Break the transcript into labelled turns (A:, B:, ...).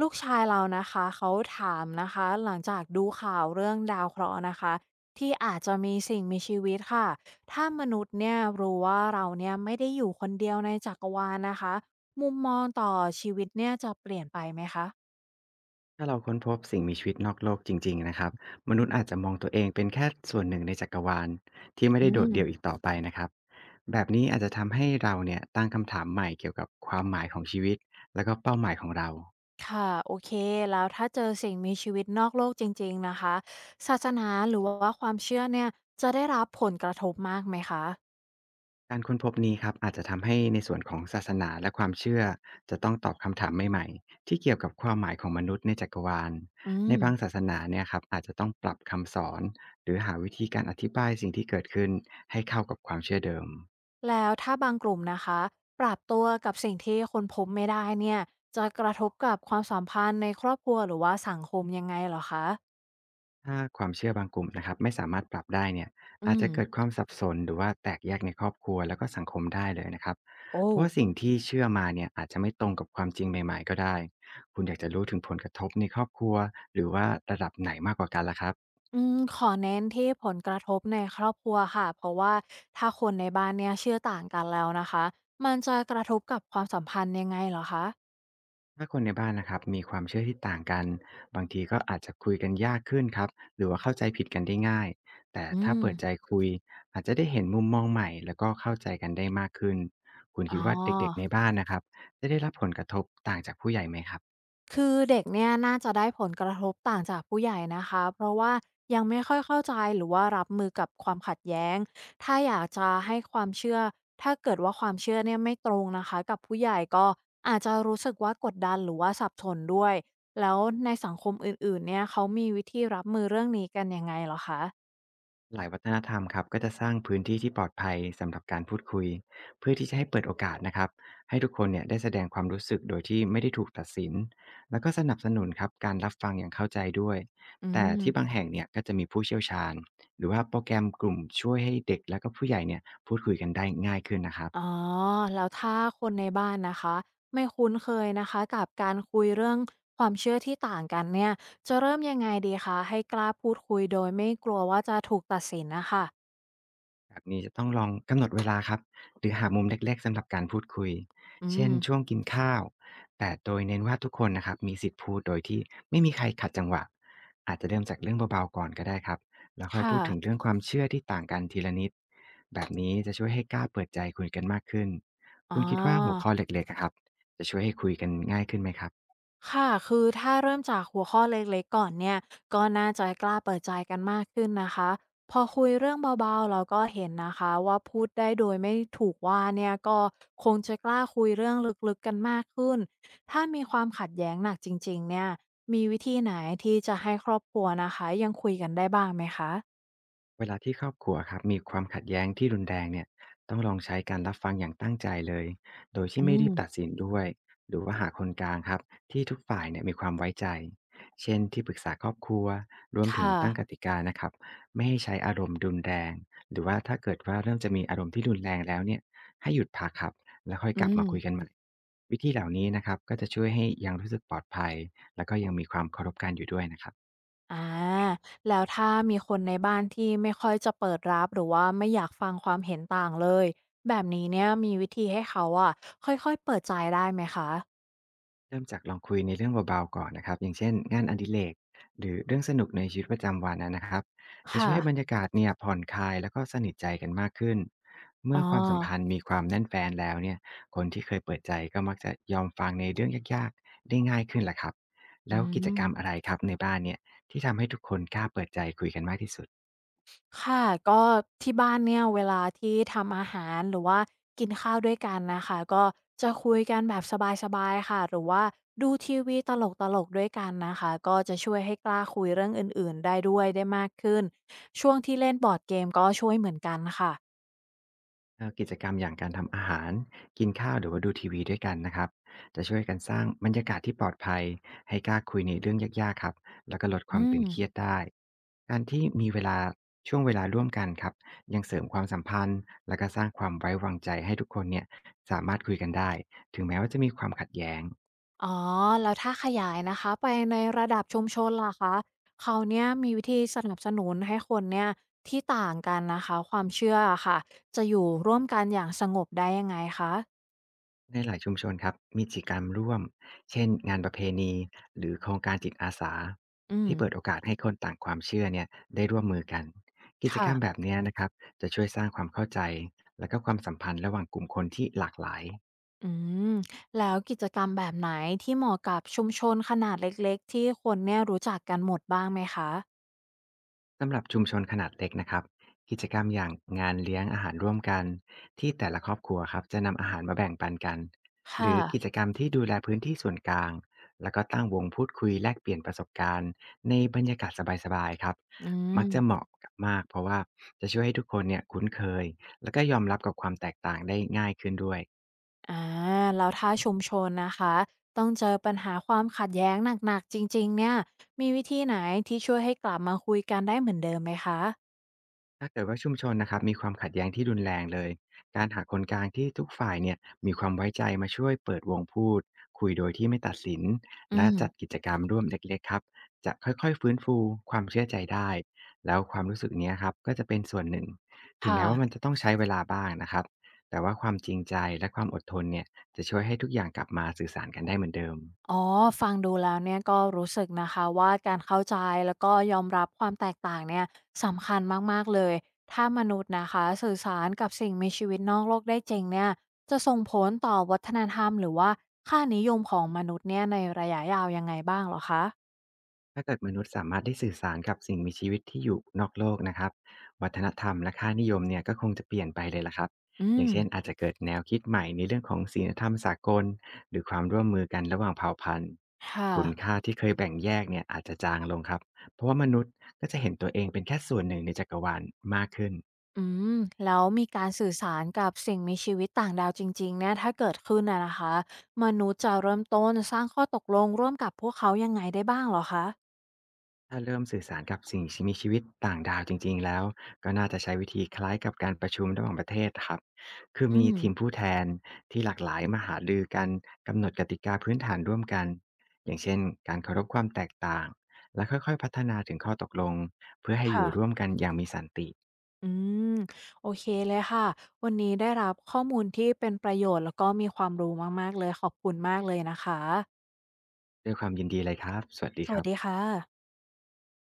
A: ลูกชายเรานะคะเขาถามนะคะหลังจากดูข่าวเรื่องดาวเคราะห์นะคะที่อาจจะมีสิ่งมีชีวิตค่ะถ้ามนุษย์เนี่ยรู้ว่าเราเนี่ยไม่ได้อยู่คนเดียวในจักรวาลนะคะมุมมองต่อชีวิตเนี่ยจะเปลี่ยนไปไหมคะ
B: ถ้าเราค้นพบสิ่งมีชีวิตนอกโลกจริงๆ นะครับ มนุษย์อาจจะมองตัวเองเป็นแค่ส่วนหนึ่งในจักรวาลที่ไม่
A: อื
B: ได้โดด
A: ม
B: เดี่ยวอีกต่อไปนะครับ แบบนี้อาจจะทำให้เราเนี่ยตั้งคำถามใหม่เกี่ยวกับความหมายของชีวิตแล้วก็เป้าหมายของเรา
A: ค่ะโอเคแล้วถ้าเจอสิ่งมีชีวิตนอกโลกจริงๆนะคะศาสนาหรือว่าความเชื่อเนี่ยจะได้รับผลกระทบมากไหมคะ
B: การค้นพบนี้ครับอาจจะทำให้ในส่วนของศาสนาและความเชื่อจะต้องตอบคำถามใหม่ๆที่เกี่ยวกับความหมายของมนุษย์ในจักรวาล
A: อื
B: ในบางศา
A: ม
B: สนาเนี่ยครับอาจจะต้องปรับคำสอนหรือหาวิธีการอธิบายสิ่งที่เกิดขึ้นให้เข้ากับความเชื่อเดิม
A: แล้วถ้าบางกลุ่มนะคะปรับตัวกับสิ่งที่คนพบไม่ได้เนี่ยจะกระทบกับความสัมพันธ์ในครอบครัวหรือว่าสังคมยังไงเหรอคะ
B: ถ้าความเชื่อบางกลุ่มนะครับไม่สามารถปรับได้เนี่ย
A: อื
B: อาจจะเกิดค
A: ม
B: วามสับสนหรือว่าแตกแยกในครอบครัวแล้วก็สังคมได้เลยนะครับ
A: โอ
B: เพ
A: ้
B: ราะว่าสิ่งที่เชื่อมาเนี่ยอาจจะไม่ตรงกับความจริงใหม่ๆก็ได้คุณอยากจะรู้ถึงผลกระทบในครอบครัวหรือว่าระดับไหนมากกว่ากันล่ะครับ
A: อืมขอเน้นที่ผลกระทบในครอบครัวค่ะเพราะว่าถ้าคนในบ้านเนี่ยเชื่อต่างกันแล้วนะคะมันจะกระทบกับความสัมพันธ์ยังไงเหรอคะ
B: ถ้าคนในบ้านนะครับมีความเชื่อที่ต่างกันบางทีก็อาจจะคุยกันยากขึ้นครับหรือว่าเข้าใจผิดกันได้ง่ายแต่
A: อื
B: ถ้า
A: ม
B: เปิดใจคุยอาจจะได้เห็นมุมมองใหม่แล้วก็เข้าใจกันได้มากขึ้นคุณ
A: อ๋อ
B: คิดว่าเด็กๆในบ้านนะครับจะได้รับผลกระทบต่างจากผู้ใหญ่ไหมครับ
A: คือเด็กเนี่ยน่าจะได้ผลกระทบต่างจากผู้ใหญ่นะคะเพราะว่ายังไม่ค่อยเข้าใจหรือว่ารับมือกับความขัดแย้งถ้าอยากจะให้ความเชื่อถ้าเกิดว่าความเชื่อเนี่ยไม่ตรงนะคะกับผู้ใหญ่ก็อาจจะรู้สึกว่ากดดันหรือว่าสับสนด้วยแล้วในสังคมอื่นๆเนี่ยเขามีวิธีรับมือเรื่องนี้กันยังไงเหรอคะ
B: หลายวัฒนธรรมครับก็จะสร้างพื้นที่ที่ปลอดภัยสำหรับการพูดคุยเพื่อที่จะให้เปิดโอกาสนะครับให้ทุกคนเนี่ยได้แสดงความรู้สึกโดยที่ไม่ได้ถูกตัดสินแล้วก็สนับสนุนครับการรับฟังอย่างเข้าใจด้วย
A: อื
B: แต่ที่บาง
A: ม
B: แห่งเนี่ยก็จะมีผู้เชี่ยวชาญหรือว่าโปรแกรมกลุ่มช่วยให้เด็กและก็ผู้ใหญ่เนี่ยพูดคุยกันได้ง่ายขึ้นนะครับ
A: อ๋อ แล้วถ้าคนในบ้านนะคะไม่คุ้นเคยนะคะกับการคุยเรื่องความเชื่อที่ต่างกันเนี่ยจะเริ่มยังไงดีคะให้กล้าพูดคุยโดยไม่กลัวว่าจะถูกตัดสินนะคะ
B: แบบนี้จะต้องลองกำหนดเวลาครับหรือหามุมเล็กๆสำหรับการพูดคุย
A: อื
B: เช่น
A: ม
B: ช่วงกินข้าวแต่โดยเน้นว่าทุกคนนะครับมีสิทธิ์พูดโดยที่ไม่มีใครขัดจังหวะอาจจะเริ่มจากเรื่องเบาๆก่อนก็ได้ครับแล้วค่อยพู
A: ค่ะ
B: ดถึงเรื่องความเชื่อที่ต่างกันทีละนิดแบบนี้จะช่วยให้กล้าเปิดใจคุยกันมากขึ้น
A: อ๋อ
B: คุณคิดว่าหัวข้อเล็กๆอะครับจะช่วยให้คุยกันง่ายขึ้นไหมครับ
A: ค่ะ คือถ้าเริ่มจากหัวข้อเล็กๆก่อนเนี่ยก็น่าจะกล้าเปิดใจกันมากขึ้นนะคะพอคุยเรื่องเบาๆเราก็เห็นนะคะว่าพูดได้โดยไม่ถูกว่าเนี่ยก็คงจะกล้าคุยเรื่องลึกๆกันมากขึ้น ถ้ามีความขัดแย้งหนักจริงๆเนี่ยมีวิธีไหนที่จะให้ครอบครัวนะคะยังคุยกันได้บ้างไหมคะ
B: เวลาที่ครอบครัวครับมีความขัดแย้งที่รุนแรงเนี่ยต้องลองใช้การรับฟังอย่างตั้งใจเลยโดยที่
A: อื
B: ไม่รี
A: ม
B: บตัดสินด้วยหรือว่าหาคนกลางครับที่ทุกฝ่ายเนี่ยมีความไว้ใจเช่นที่ปรึกษาครอบครัวรวมถึง
A: ค่ะ
B: ตั้งกติกานะครับไม่ให้ใช้อารมณ์รุนแรงหรือว่าถ้าเกิดว่าเริ่มจะมีอารมณ์ที่รุนแรงแล้วเนี่ยให้หยุดพักครับแล้วค่อย
A: อื
B: กลับมาคุย
A: ม
B: กันใหม่วิธีเหล่านี้นะครับก็จะช่วยให้ยังรู้สึกปลอดภัยแล้วก็ยังมีความเคารพกันอยู่ด้วยนะครับ
A: อาแล้วถ้ามีคนในบ้านที่ไม่ค่อยจะเปิดรับหรือว่าไม่อยากฟังความเห็นต่างเลยแบบนี้เนี่ยมีวิธีให้เขาอะค่อยๆเปิดใจได้ไหมคะ
B: เริ่มจากลองคุยในเรื่องเบาๆก่อนนะครับอย่างเช่นงานอดิเรกหรือเรื่องสนุกในชีวิตประจำวันนะครับจะช่ว
A: ค่ะ
B: ยให้บรรยากาศเนี่ยผ่อนคลายแล้วก็สนิทใจกันมากขึ้นเมื่
A: อ๋อ
B: อความสัมพันธ์มีความแน่นแฟนแล้วเนี่ยคนที่เคยเปิดใจก็มักจะยอมฟังในเรื่องยากๆได้ง่ายขึ้นแหละครับ
A: อื
B: แล้วกิจกรรมอะ
A: ม
B: ไรครับในบ้านเนี่ยที่ทำให้ทุกคนกล้าเปิดใจคุยกันมากที่สุด
A: ค่ะก็ที่บ้านเนี่ยเวลาที่ทำอาหารหรือว่ากินข้าวด้วยกันนะคะก็จะคุยกันแบบสบายๆค่ะหรือว่าดูทีวีตลกๆด้วยกันนะคะก็จะช่วยให้กล้าคุยเรื่องอื่นๆได้ด้วยได้มากขึ้นช่วงที่เล่นบอร์ดเกมก็ช่วยเหมือนกันค่ะ
B: กิจกรรมอย่างการทำอาหารกินข้าวหรือว่าดูทีวีด้วยกันนะครับจะช่วยกันสร้างบรรยากาศที่ปลอดภัยให้กล้าคุยในเรื่องยากๆครับแล้วก็ลดความ
A: อื
B: ตึ
A: ม
B: งเครียดได้การที่มีเวลาช่วงเวลาร่วมกันครับยังเสริมความสัมพันธ์แล้วก็สร้างความไว้วางใจให้ทุกคนเนี่ยสามารถคุยกันได้ถึงแม้ว่าจะมีความขัดแย้ง
A: อ๋อแล้วถ้าขยายนะคะไปในระดับชุมชนล่ะคะเขาเนี่ยมีวิธีสนับสนุนให้คนเนี่ยที่ต่างกันนะคะความเชื่ออะค่ะจะอยู่ร่วมกันอย่างสงบได้ยังไงคะ
B: ในหลายชุมชนครับมีกิจกรรมร่วมเช่นงานประเพณีหรือโครงการจิตอาสา
A: อืม
B: ที่เปิดโอกาสให้คนต่างความเชื่อเนี่ยได้ร่วมมือกันกิจกร
A: ค่ะ
B: รมแบบเนี้ยนะครับจะช่วยสร้างความเข้าใจและก็ความสัมพันธ์ระหว่างกลุ่มคนที่หลากหลาย
A: อืมแล้วกิจกรรมแบบไหนที่เหมาะกับชุมชนขนาดเล็กๆที่คนเนี่ยรู้จักกันหมดบ้างไหมคะ
B: สำหรับชุมชนขนาดเล็กนะครับกิจกรรมอย่างงานเลี้ยงอาหารร่วมกันที่แต่ละครอบครัวครับจะนำอาหารมาแบ่งปันกันหรื
A: ค่ะ
B: อกิจกรรมที่ดูแลพื้นที่ส่วนกลางแล้วก็ตั้งวงพูดคุยแลกเปลี่ยนประสบการณ์ในบรรยากาศสบายๆครับ
A: อื
B: มักจะเห
A: ม
B: มาะกับมากเพราะว่าจะช่วยให้ทุกคนเนี่ยคุ้นเคยแล้วก็ยอมรับกับความแตกต่างได้ง่ายขึ้นด้วย
A: อาแล้วถ้าชุมชนนะคะต้องเจอปัญหาความขัดแย้งหนักๆจริงๆเนี่ยมีวิธีไหนที่ช่วยให้กลับมาคุยกันได้เหมือนเดิมไหมคะ
B: ถ้าเกิดว่าชุมชนนะครับมีความขัดแย้งที่รุนแรงเลยการหาคนกลางที่ทุกฝ่ายเนี่ยมีความไว้ใจมาช่วยเปิดวงพูดคุยโดยที่ไม่ตัดสิน
A: อื
B: และ
A: ม
B: จัดกิจกรรมร่วมเล็กๆครับจะค่อยๆฟื้นฟูความเชื่อใจได้แล้วความรู้สึกเนี้ยครับก็จะเป็นส่วนหนึ่งถึงแม้ว่ามัน
A: ค่ะ
B: จะต้องใช้เวลาบ้างนะครับแต่ว่าความจริงใจและความอดทนเนี่ยจะช่วยให้ทุกอย่างกลับมาสื่อสารกันได้เหมือนเดิม
A: อ๋อฟังดูแล้วเนี่ยก็รู้สึกนะคะว่าการเข้าใจแล้วก็ยอมรับความแตกต่างเนี่ยสำคัญมากๆเลยถ้ามนุษย์นะคะสื่อสารกับสิ่งมีชีวิตนอกโลกได้จริงเนี่ยจะส่งผลต่อวัฒนธรรมหรือว่าค่านิยมของมนุษย์เนี่ยในระยะยาวยังไงบ้างเหรอคะ
B: ถ้าเกิดมนุษย์สามารถได้สื่อสารกับสิ่งมีชีวิตที่อยู่นอกโลกนะครับวัฒนธรรมและค่านิยมเนี่ยก็คงจะเปลี่ยนไปเลยละครับ
A: อื
B: อย่าง
A: ม
B: เช่นอาจจะเกิดแนวคิดใหม่ในเรื่องของศีลธรรมสากลหรือความร่วมมือกันระหว่างเผ่าพันธุ์
A: ค่ะ
B: คุณค่าที่เคยแบ่งแยกเนี่ยอาจจะจางลงครับเพราะว่ามนุษย์ก็จะเห็นตัวเองเป็นแค่ส่วนหนึ่งในจักรวาลมากขึ้น
A: อืมแล้วมีการสื่อสารกับสิ่งมีชีวิตต่างดาวจริงๆเนี่ยถ้าเกิดขึ้นนะคะมนุษย์จะเริ่มต้นสร้างข้อตกลงร่วมกับพวกเขายังไงได้บ้างเหรอคะ
B: ถ้าเริ่มสื่อสารกับสิ่งมีชีวิตต่างดาวจริงๆแล้วก็น่าจะใช้วิธีคล้ายกับการประชุมระหว่างประเทศครับคือ
A: อื
B: มี
A: ม
B: ทีมผู้แทนที่หลากหลายมาหารือกันกำหนดกติกาพื้นฐานร่วมกันอย่างเช่นการเคารพความแตกต่างและค่อยๆพัฒนาถึงข้อตกลงเพื่อให้อยู่
A: ค่ะ
B: ร่วมกันอย่างมีสันติ
A: อืมโอเคเลยค่ะวันนี้ได้รับข้อมูลที่เป็นประโยชน์แล้วก็มีความรู้มากๆเลยขอบคุณมากเลยนะคะ
B: ด้วยความยินดีเลยครับสวัสดี
A: ส
B: ค
A: วั
B: รั
A: ส
B: บ
A: ดีค่ะ